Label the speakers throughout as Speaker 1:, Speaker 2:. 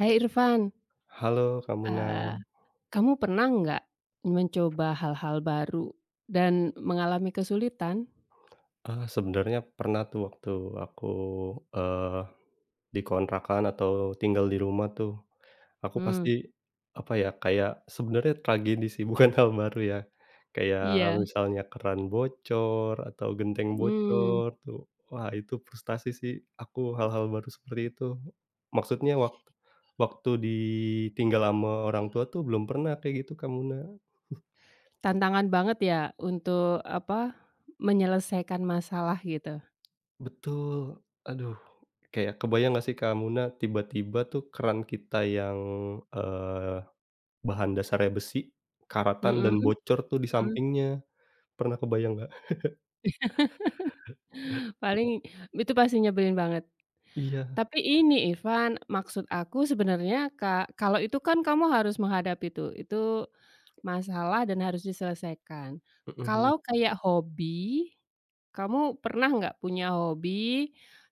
Speaker 1: Hai Irfan,
Speaker 2: Halo Kak Muna,
Speaker 1: eee, kamu pernah nggak mencoba hal-hal baru dan mengalami kesulitan?
Speaker 2: sebenarnya pernah tuh waktu aku, eee, di kontrakan atau tinggal di rumah tuh, aku
Speaker 1: Hmm,
Speaker 2: pasti, apa ya, kayak sebenarnya tragedi sih bukan hal baru ya, kayak
Speaker 1: iya,
Speaker 2: misalnya keran bocor atau genteng
Speaker 1: hmm,
Speaker 2: bocor tuh, wah itu frustasi sih aku hal-hal baru seperti itu. Maksudnya waktu waktu ditinggal sama orang tua tuh belum pernah kayak gitu Kak Muna.
Speaker 1: tantangan banget ya untuk apa, menyelesaikan masalah gitu.
Speaker 2: Betul. Aduh, kayak kebayang nggak sih Kak Muna, tiba-tiba tuh keran kita yang, eee, bahan dasarnya besi, karatan
Speaker 1: Mhm,
Speaker 2: dan bocor tuh di
Speaker 1: mhm,
Speaker 2: sampingnya. Pernah kebayang nggak?
Speaker 1: paling itu pasti nyebelin banget.
Speaker 2: Iya,
Speaker 1: Tapi ini Irfan, maksud aku sebenarnya kalau itu kan kamu harus menghadapi itu. Itu masalah dan harus diselesaikan.
Speaker 2: mhm mhm.
Speaker 1: Kalau kayak hobi, kamu pernah nggak punya hobi,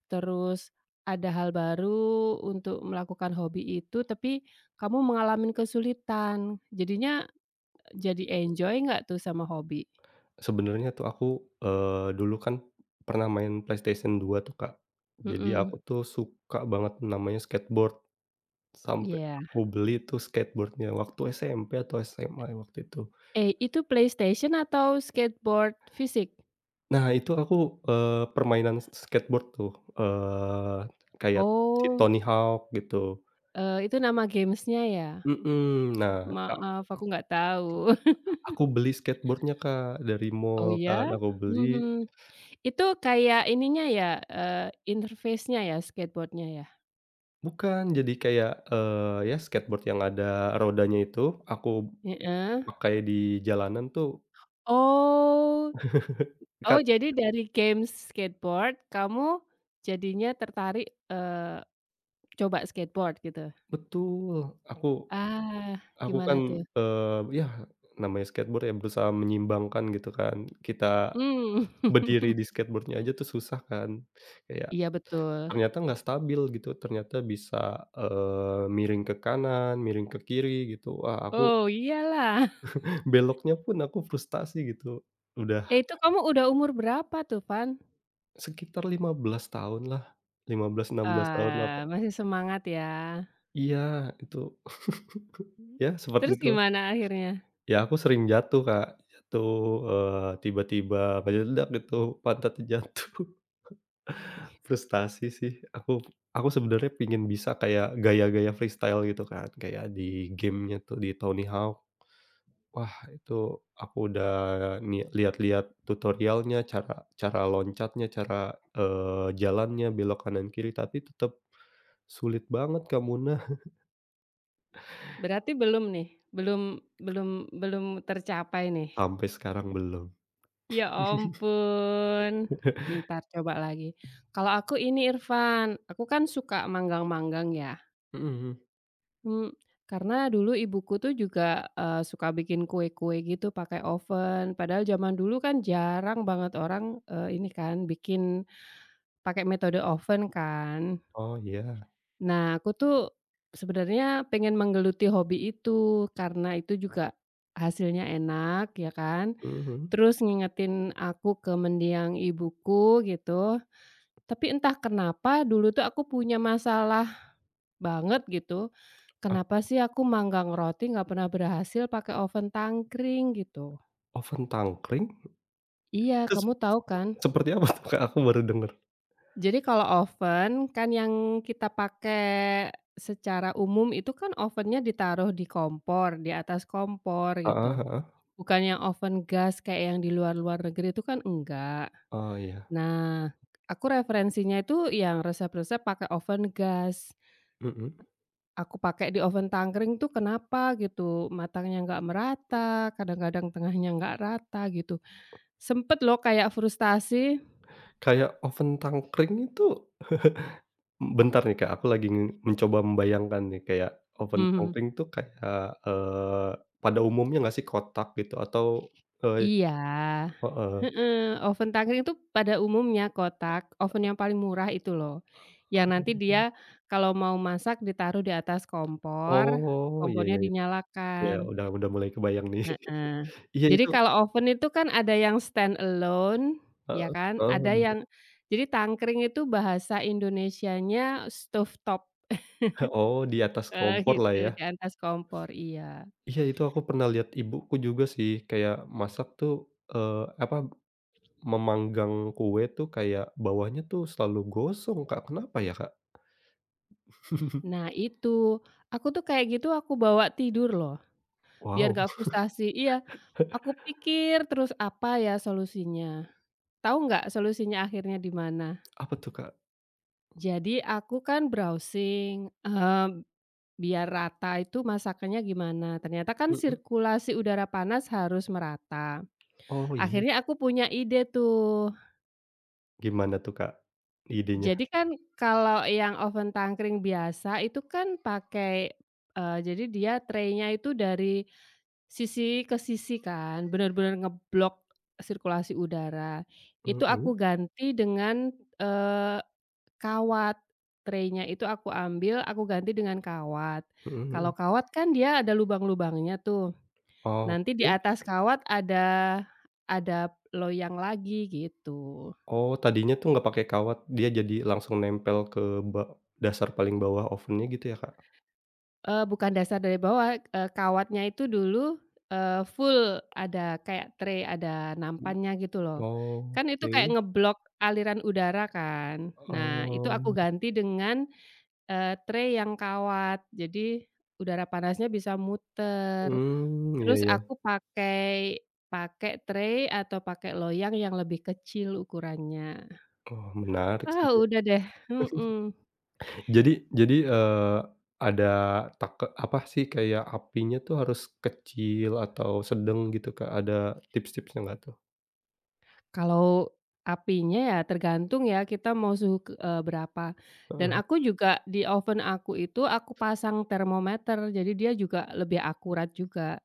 Speaker 1: terus ada hal baru untuk melakukan hobi itu, tapi kamu mengalami kesulitan, jadinya jadi enjoy nggak tuh sama hobi?
Speaker 2: Sebenarnya tuh aku, dulu kan pernah main PlayStation 2 tuh Kak. Jadi aku
Speaker 1: Mhm,
Speaker 2: tuh suka banget namanya skateboard, sampai
Speaker 1: iya.
Speaker 2: aku beli tuh skateboard-nya waktu SMP atau SMA waktu itu.
Speaker 1: Eh, itu PlayStation atau skateboard fisik?
Speaker 2: Nah, itu aku, permainan skateboard tuh, eee, kayak si
Speaker 1: Oh,
Speaker 2: Tony Hawk gitu.
Speaker 1: itu nama games-nya ya?
Speaker 2: Mhm, nah, a
Speaker 1: Maaf, aku nggak tahu.
Speaker 2: aku beli skateboard-nya, Kak, dari
Speaker 1: Oh
Speaker 2: mall kan,
Speaker 1: ya?
Speaker 2: aku beli
Speaker 1: Mhm. Itu kayak ininya ya, eee, interface-nya ya, skateboard-nya ya?
Speaker 2: bukan, jadi kayak, ya skateboard yang ada rodanya itu, aku
Speaker 1: Heeh.
Speaker 2: pakai di jalanan tuh
Speaker 1: Oh,
Speaker 2: kan
Speaker 1: oh, jadi dari games skateboard kamu jadinya tertarik, eee, coba skateboard gitu?
Speaker 2: betul, aku
Speaker 1: Ah,
Speaker 2: aku
Speaker 1: gimana
Speaker 2: kan,
Speaker 1: tuh?
Speaker 2: ya namanya skateboard ya berusaha menyeimbangkan gitu kan, kita
Speaker 1: Mmm.
Speaker 2: berdiri di skateboard-nya aja tuh susah kan, kayak
Speaker 1: Iya betul.
Speaker 2: ternyata nggak stabil gitu, ternyata bisa, miring ke kanan, miring ke kiri gitu. Wah aku
Speaker 1: Oh iyalah.
Speaker 2: beloknya pun aku frustasi gitu. Udah
Speaker 1: Eh, itu kamu udah umur berapa tuh, Van?
Speaker 2: sekitar 15 tahunlah, 15, 16 tahun lah.
Speaker 1: Masih semangat ya.
Speaker 2: Iya itu, ya
Speaker 1: Terus
Speaker 2: seperti itu.
Speaker 1: gimana akhirnya?
Speaker 2: Ya aku sering jatuh Kak, jatuh, tiba-tiba meledak gitu, pantatnya jatuh. Frustasi sih, aku sebenarnya pengen bisa kayak gaya-gaya freestyle gitu kan, kayak di game-nya tuh di Tony Hawk. Wah, itu aku udah lihat-lihat tutorialnya, cara cara loncatnya, cara, jalannya, belok kanan kiri, tapi tetap sulit banget kamu nah.
Speaker 1: Berarti belum nih, belum belum belum tercapai nih?
Speaker 2: Sampai sekarang belum.
Speaker 1: Ya ampun, ntar coba lagi. Kalau aku ini Irfan, aku kan suka manggang-manggang ya,
Speaker 2: Mhm mhm.
Speaker 1: mmm, karena dulu ibuku tuh juga, suka bikin kue-kue gitu pakai oven, padahal zaman dulu kan jarang banget orang, ini kan bikin pakai metode oven kan.
Speaker 2: Oh iya,
Speaker 1: Nah, aku tuh sebenarnya pengen menggeluti hobi itu, karena itu juga hasilnya enak ya kan,
Speaker 2: mhm mhm.
Speaker 1: terus ngingetin aku ke mendiang ibuku gitu. Tapi entah kenapa dulu tuh aku punya masalah banget gitu,
Speaker 2: Ap
Speaker 1: kenapa sih aku manggang roti nggak pernah berhasil pakai oven tangkring gitu.
Speaker 2: Oven tangkring?
Speaker 1: Iya,
Speaker 2: Terus
Speaker 1: kamu tahu kan?
Speaker 2: seperti apa tuh Kak? Aku baru denger.
Speaker 1: Jadi kalau oven kan yang kita pakai secara umum itu kan ovennya ditaruh di kompor, di atas kompor
Speaker 2: Heeh
Speaker 1: gitu.
Speaker 2: heeh.
Speaker 1: Bukan yang oven gas kayak yang di luar-luar negeri itu kan enggak.
Speaker 2: Oh iya,
Speaker 1: Nah, aku referensinya itu yang resep-resep pakai oven gas.
Speaker 2: mhm.
Speaker 1: Aku pakai di oven tangkring tuh kenapa gitu, matangnya nggak merata, kadang-kadang tengahnya nggak rata gitu. Sempet loh kayak frustasi.
Speaker 2: Kayak oven tangkring itu. Bentar nih Kak, aku lagi mencoba membayangkan nih kayak oven
Speaker 1: Mhm.
Speaker 2: pangling tuh kayak, eee, pada umumnya nggak sih kotak gitu atau, eee
Speaker 1: Iya.
Speaker 2: heeh.
Speaker 1: Heeh, oven tangkring itu pada umumnya kotak, oven yang paling murah itu loh, yang nanti dia kalau mau masak ditaruh di atas kompor,
Speaker 2: Oh, iya
Speaker 1: kompornya
Speaker 2: iya iya, iya
Speaker 1: dinyalakan.
Speaker 2: udah mulai kebayang nih.
Speaker 1: Heeh.
Speaker 2: Iya
Speaker 1: Jadi
Speaker 2: itu.
Speaker 1: kalau oven itu kan ada yang stand alone,
Speaker 2: Heeh
Speaker 1: ya kan,
Speaker 2: heeh,
Speaker 1: ada
Speaker 2: bener.
Speaker 1: yang jadi tangkring itu bahasa Indonesianya stovetop,
Speaker 2: Oh di atas kompor lah
Speaker 1: gitu,
Speaker 2: ya.
Speaker 1: di atas kompor, iya.
Speaker 2: Iya itu aku pernah lihat ibuku juga sih kayak masak tuh, eee, apa, memanggang kue tuh kayak bawahnya tuh selalu gosong Kak, kenapa ya Kak?
Speaker 1: Nah itu, aku tuh kayak gitu aku bawa tidur loh, biar
Speaker 2: Wow,
Speaker 1: nggak frustasi, iya, aku pikir terus apa ya solusinya, tahu nggak solusinya akhirnya di mana?
Speaker 2: apa tuh Kak?
Speaker 1: Jadi aku kan browsing, biar rata itu masakannya gimana? Ternyata kan
Speaker 2: Mhm.
Speaker 1: sirkulasi udara panas harus merata.
Speaker 2: Oh iya,
Speaker 1: Akhirnya aku punya ide tuh.
Speaker 2: gimana tuh Kak, idenya?
Speaker 1: Jadi kan kalau yang oven tangkring biasa itu kan pakai, jadi dia traynya itu dari sisi ke sisi kan, benar-benar ngeblok sirkulasi udara. Itu
Speaker 2: Mhm
Speaker 1: aku ganti dengan, eee, kawat. Traynya itu aku ambil, aku ganti dengan kawat.
Speaker 2: mhm
Speaker 1: Kalau
Speaker 2: mhm.
Speaker 1: kawat kan dia ada lubang-lubangnya tuh. Nanti di
Speaker 2: Oke.
Speaker 1: atas kawat ada loyang lagi gitu.
Speaker 2: Oh tadinya tuh nggak pakai kawat, dia jadi langsung nempel ke ba dasar paling bawah ovennya gitu ya Kak?
Speaker 1: Bukan dasar dari bawah, kawatnya itu dulu, full ada kayak tray, ada
Speaker 2: Mhm.
Speaker 1: nampannya gitu loh. Kan itu
Speaker 2: Oke,
Speaker 1: kayak ngeblok aliran udara kan. Nah, itu aku
Speaker 2: oh,
Speaker 1: ganti dengan, tray yang kawat. Jadi udara panasnya bisa muter.
Speaker 2: mmm, iya
Speaker 1: Terus
Speaker 2: iya.
Speaker 1: aku pakai pakai tray atau pakai loyang yang lebih kecil ukurannya.
Speaker 2: Oh menarik sih
Speaker 1: Ah,
Speaker 2: itu.
Speaker 1: udah deh, mhm.
Speaker 2: Jadi jadi, ada take apa sih, kayak apinya tuh harus kecil atau sedang gitu Kak, ada tips-tipsnya nggak tuh?
Speaker 1: Kalau apinya ya tergantung ya kita mau suhu ke berapa. Dan
Speaker 2: Heeh.
Speaker 1: aku juga di oven aku itu aku pasang termometer, jadi dia juga lebih akurat juga.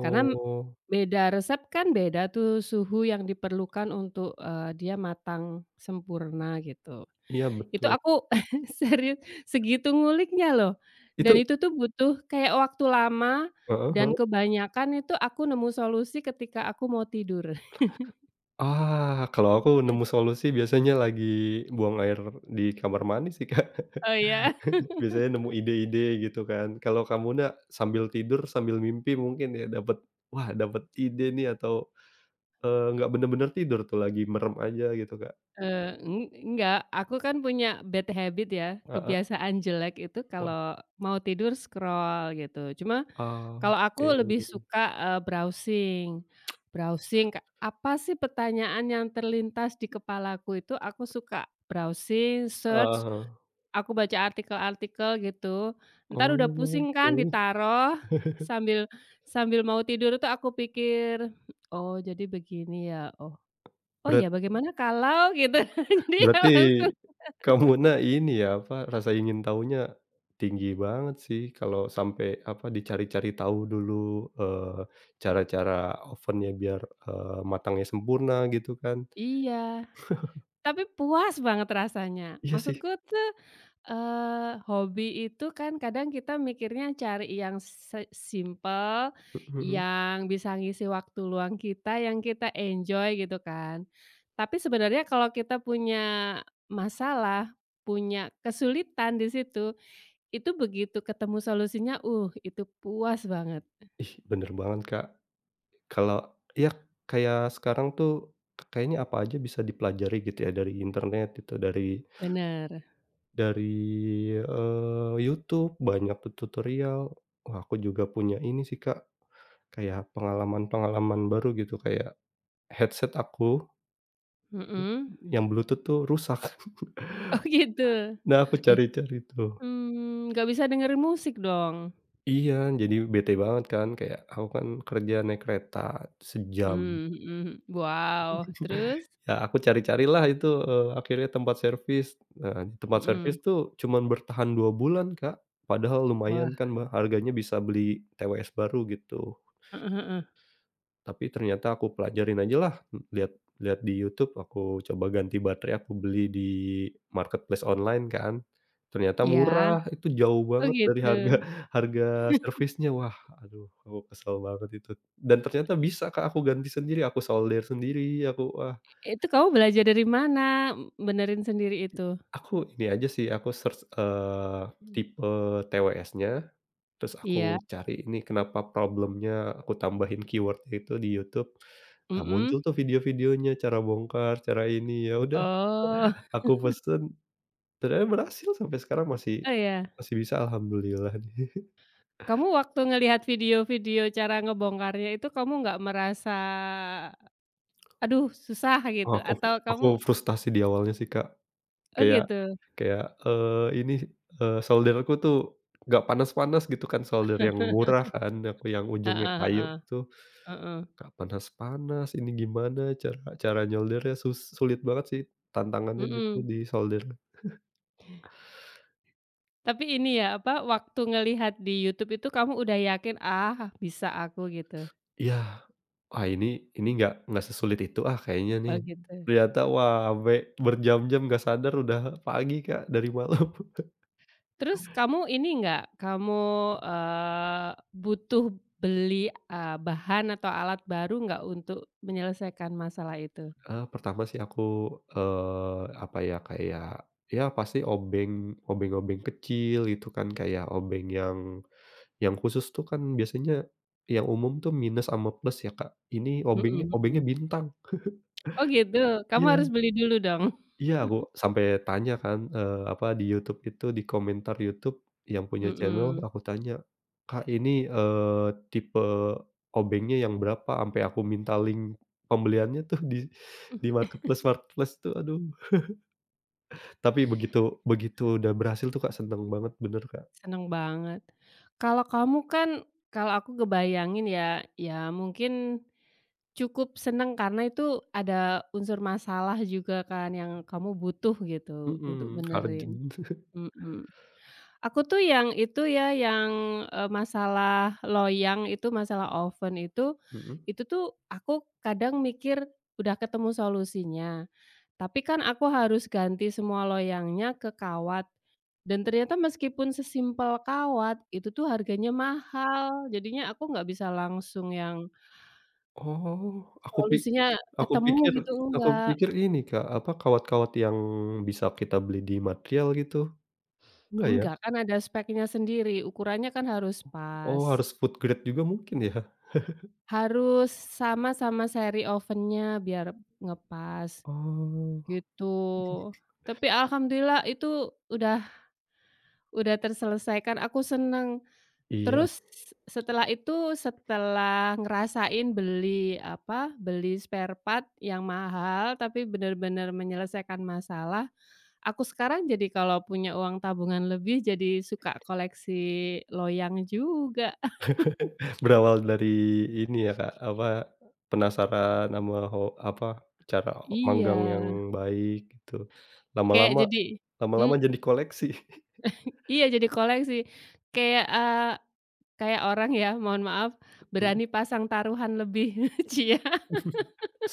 Speaker 1: Karena beda resep kan beda tuh suhu yang diperlukan untuk, dia matang sempurna gitu.
Speaker 2: iya
Speaker 1: Itu
Speaker 2: betul.
Speaker 1: aku serius segitu nguliknya loh, dan
Speaker 2: Itu
Speaker 1: itu tuh butuh kayak waktu lama
Speaker 2: heeh heeh.
Speaker 1: dan kebanyakan itu aku nemu solusi ketika aku mau tidur.
Speaker 2: Ah, kalau aku nemu solusi biasanya lagi buang air di kamar mandi sih, Kak.
Speaker 1: Oh ya?
Speaker 2: Biasanya nemu ide-ide gitu kan. Kalau kamu sambil tidur, sambil mimpi mungkin ya dapat wah dapat ide nih atau, nggak bener-bener tidur tuh lagi merem aja gitu, Kak.
Speaker 1: Eee, eng Enggak, aku kan punya bad habit ya,
Speaker 2: Ah, ah.
Speaker 1: kebiasaan jelek itu
Speaker 2: Wah,
Speaker 1: kalau mau tidur scroll gitu. Cuma kalau
Speaker 2: ah,
Speaker 1: aku lebih
Speaker 2: oke.
Speaker 1: suka, browsing browsing ka apa sih pertanyaan yang terlintas di kepalaku itu aku suka browsing,
Speaker 2: Heeh
Speaker 1: search,
Speaker 2: heeh.
Speaker 1: aku baca artikel-artikel gitu, entar udah
Speaker 2: Oh,
Speaker 1: pusing kan
Speaker 2: oke.
Speaker 1: ditaruh, sambil sambil mau tidur itu aku pikir, "Oh jadi begini ya, oh." Oh ya,
Speaker 2: Berarti
Speaker 1: bagaimana kalau gitu, jadi ya
Speaker 2: Berarti
Speaker 1: langsung
Speaker 2: kamu Kamuna ini ya, apa, rasa ingin tahunya tinggi banget sih kalau sampai, apa, dicari-cari tahu dulu, cara-cara ovennya biar, matangnya sempurna gitu kan.
Speaker 1: iya, tapi puas banget rasanya.
Speaker 2: Iya sih,
Speaker 1: Maksudku tuh, hobi itu kan kadang kita mikirnya cari yang se simpel,
Speaker 2: mhm mhm.
Speaker 1: yang bisa ngisi waktu luang kita, yang kita enjoy gitu kan. Tapi sebenarnya kalau kita punya masalah, punya kesulitan di situ, itu begitu ketemu solusinya, itu puas banget,
Speaker 2: Ih, bener banget, Kak. Kalau iya, kayak sekarang tuh kayaknya apa aja bisa dipelajari gitu ya dari internet itu, dari
Speaker 1: bener,
Speaker 2: dari, YouTube banyak tuh tutorial. Wah, aku juga punya ini sih, Kak. Kayak pengalaman-pengalaman baru gitu, kayak headset aku
Speaker 1: mhm.
Speaker 2: yang Bluetooth tuh rusak.
Speaker 1: Oh gitu?
Speaker 2: Nah, aku
Speaker 1: Eh,
Speaker 2: cari-cari tuh.
Speaker 1: nggak bisa dengerin musik dong?
Speaker 2: Iya, jadi bete banget kan, kayak aku kan kerja naik kereta sejam.
Speaker 1: Mmm, mhm, wow, terus?
Speaker 2: Ya aku cari-carilah itu, akhirnya tempat servis. Nah, tempat
Speaker 1: Mhm,
Speaker 2: servis tuh cuman bertahan 2 bulan, Kak. Padahal
Speaker 1: wah,
Speaker 2: lumayan kan, Mbak, harganya bisa beli TWS baru gitu.
Speaker 1: heeh, heeh,
Speaker 2: Tapi ternyata aku pelajarin aja lah, lihat lihat di YouTube, aku coba ganti baterai, aku beli di marketplace online kan. Ternyata
Speaker 1: iya?
Speaker 2: murah, itu jauh
Speaker 1: Oh
Speaker 2: banget dari
Speaker 1: gitu?
Speaker 2: harga harga servisnya. Wah, aduh aku kesel banget itu. Dan ternyata bisa Kak, aku ganti sendiri, aku solder sendiri, aku wah,
Speaker 1: Itu kamu belajar dari mana, benerin sendiri itu?
Speaker 2: aku ini aja sih, aku search, tipe TWS-nya, terus aku
Speaker 1: Iya?
Speaker 2: cari ini kenapa problemnya, aku tambahin keyword itu di YouTube. Nah, muncul
Speaker 1: Mhm?
Speaker 2: tuh video-videonya, cara bongkar, cara ini, ya udah
Speaker 1: Oh,
Speaker 2: aku pesen, ternyata berhasil sampai sekarang masih
Speaker 1: oh ya?
Speaker 2: masih bisa alhamdulillah nih.
Speaker 1: Kamu waktu ngelihat video-video cara ngebongkarnya itu kamu nggak merasa, aduh susah
Speaker 2: Oh,
Speaker 1: gitu?
Speaker 2: aku fru
Speaker 1: Atau
Speaker 2: aku
Speaker 1: kamu
Speaker 2: frustasi di awalnya sih, Kak,
Speaker 1: oh
Speaker 2: kayak
Speaker 1: gitu?
Speaker 2: kayak, ini, solderku tuh nggak panas-panas gitu kan, solder yang murah kan, aku yang ujungnya
Speaker 1: Heeh,
Speaker 2: kayu
Speaker 1: heeh,
Speaker 2: tuh
Speaker 1: heeh,
Speaker 2: nggak panas-panas, ini gimana cara cara nyoldernya sulit banget sih tantangannya
Speaker 1: mhm,
Speaker 2: gitu
Speaker 1: mhm.
Speaker 2: di solder.
Speaker 1: Tapi ini ya, apa, waktu ngelihat di YouTube itu kamu udah yakin, "Ah, bisa aku," gitu?
Speaker 2: Iya. Wah ini nggak sesulit itu ah kayaknya nih.
Speaker 1: Oh, gitu.
Speaker 2: Ternyata wah ampe berjam-jam nggak sadar udah pagi, Kak, dari malam.
Speaker 1: Terus kamu ini nggak, kamu, eee, butuh beli, bahan atau alat baru nggak untuk menyelesaikan masalah itu?
Speaker 2: Pertama sih aku, apa ya, kayak ya pasti obeng-obeng kecil gitu kan, kayak obeng yang khusus tuh kan biasanya yang umum tuh minus sama plus ya, Kak. Ini
Speaker 1: Mhm,
Speaker 2: obengnya obengnya
Speaker 1: mhm.
Speaker 2: bintang.
Speaker 1: Oh, gitu? Kamu harus
Speaker 2: Iya.
Speaker 1: beli dulu dong?
Speaker 2: Iya, aku sampai tanya kan, apa, di YouTube itu, di komentar YouTube yang punya channel,
Speaker 1: Mhm.
Speaker 2: aku tanya, "Kak, ini, tipe obengnya yang berapa?" Sampai aku minta link pembeliannya tuh di marketplace-marketplace tuh, aduh. Tapi begitu begitu udah berhasil tuh, Kak, seneng banget, bener, Kak.
Speaker 1: Seneng banget. Kalau kamu kan kalau aku ngebayangin ya, ya mungkin cukup seneng karena itu ada unsur masalah juga kan yang kamu butuh gitu untuk
Speaker 2: Mhm,
Speaker 1: benerin,
Speaker 2: urgent.
Speaker 1: mhm. Aku tuh yang itu ya, yang, masalah loyang itu, masalah oven
Speaker 2: Mhm.
Speaker 1: itu tuh aku kadang mikir udah ketemu solusinya, tapi kan aku harus ganti semua loyangnya ke kawat dan ternyata meskipun sesimpel kawat, itu tuh harganya mahal. Jadinya aku nggak bisa langsung yang
Speaker 2: Oh,
Speaker 1: solusinya
Speaker 2: aku
Speaker 1: ketemu
Speaker 2: pikir
Speaker 1: gitu
Speaker 2: aku
Speaker 1: enggak.
Speaker 2: pikir ini, Kak, apa, kawat-kawat yang bisa kita beli di material gitu, enggak ya?
Speaker 1: Enggak, kan ada speknya sendiri, ukurannya kan harus
Speaker 2: Oh,
Speaker 1: pas.
Speaker 2: harus food grade juga mungkin ya?
Speaker 1: Harus sama-sama seri ovennya biar ngepas,
Speaker 2: Oh,
Speaker 1: gitu. Tapi alhamdulillah itu udah terselesaikan, aku seneng.
Speaker 2: iya,
Speaker 1: Terus setelah itu, setelah ngerasain beli apa, beli spare part yang mahal tapi bener-bener menyelesaikan masalah. Aku sekarang jadi kalau punya uang tabungan lebih, jadi suka koleksi loyang juga.
Speaker 2: berawal dari ini ya, Kak, apa, penasaran sama apa, cara
Speaker 1: Iya,
Speaker 2: manggang yang baik gitu.
Speaker 1: kayak
Speaker 2: Lama-lama
Speaker 1: jadi
Speaker 2: lama-lama
Speaker 1: mmm,
Speaker 2: jadi koleksi.
Speaker 1: iya jadi koleksi. Kayak, eee, kayak orang ya, mohon maaf,
Speaker 2: Mhm,
Speaker 1: berani pasang taruhan lebih. Cia,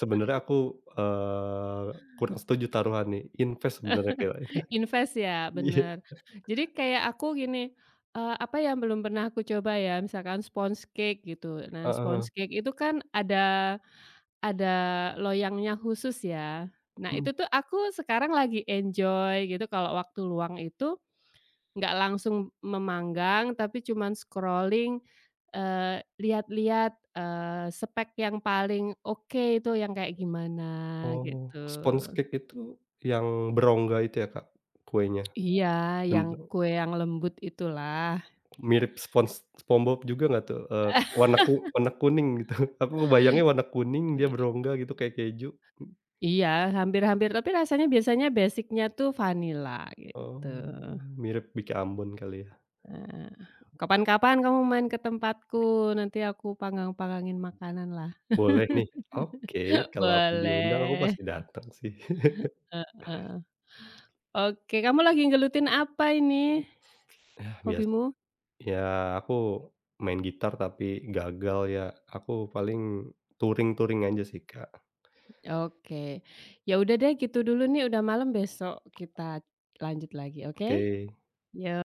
Speaker 2: sebenarnya aku, eee, kurang setuju taruhan nih, invest sebenarnya kayak itu.
Speaker 1: invest ya,
Speaker 2: Iya,
Speaker 1: bener. Jadi kayak aku gini, apa yang belum pernah aku coba ya, misalkan sponge cake gitu. Nah,
Speaker 2: heeh heeh,
Speaker 1: sponge cake itu kan ada loyangnya khusus ya. Nah
Speaker 2: mhm.
Speaker 1: itu tuh aku sekarang lagi enjoy gitu kalau waktu luang itu, nggak langsung memanggang tapi cuman scrolling, lihat-lihat, spek yang paling oke itu yang kayak gimana
Speaker 2: Oh,
Speaker 1: gitu.
Speaker 2: sponge cake itu yang berongga itu ya, Kak, kuenya?
Speaker 1: Iya, yang
Speaker 2: Bentu
Speaker 1: kue yang lembut itulah.
Speaker 2: Mirip SpongeBob juga nggak tuh? Warna warna kuning gitu. Aku ngebayangnya warna kuning, dia
Speaker 1: Eee,
Speaker 2: berongga gitu kayak keju.
Speaker 1: iya, hampir-hampir tapi rasanya biasanya basic-nya tuh vanila
Speaker 2: Oh,
Speaker 1: gitu.
Speaker 2: mirip Biki Ambon kali ya?
Speaker 1: Heeh. Kapan-kapan kamu main ke tempatku, nanti aku panggang-panggangin makanan lah.
Speaker 2: Boleh nih, oke, kalau aku diundang aku
Speaker 1: Boleh,
Speaker 2: pasti datang sih.
Speaker 1: heeh. Oke, kamu lagi ngelutin apa ini
Speaker 2: Biasa
Speaker 1: hobimu?
Speaker 2: ya aku main gitar tapi gagal ya, aku paling touring-touring aja sih, Kak.
Speaker 1: Oke. Ya udah deh gitu dulu nih, udah malam, besok kita lanjut lagi, oke?
Speaker 2: Oke.
Speaker 1: Yo.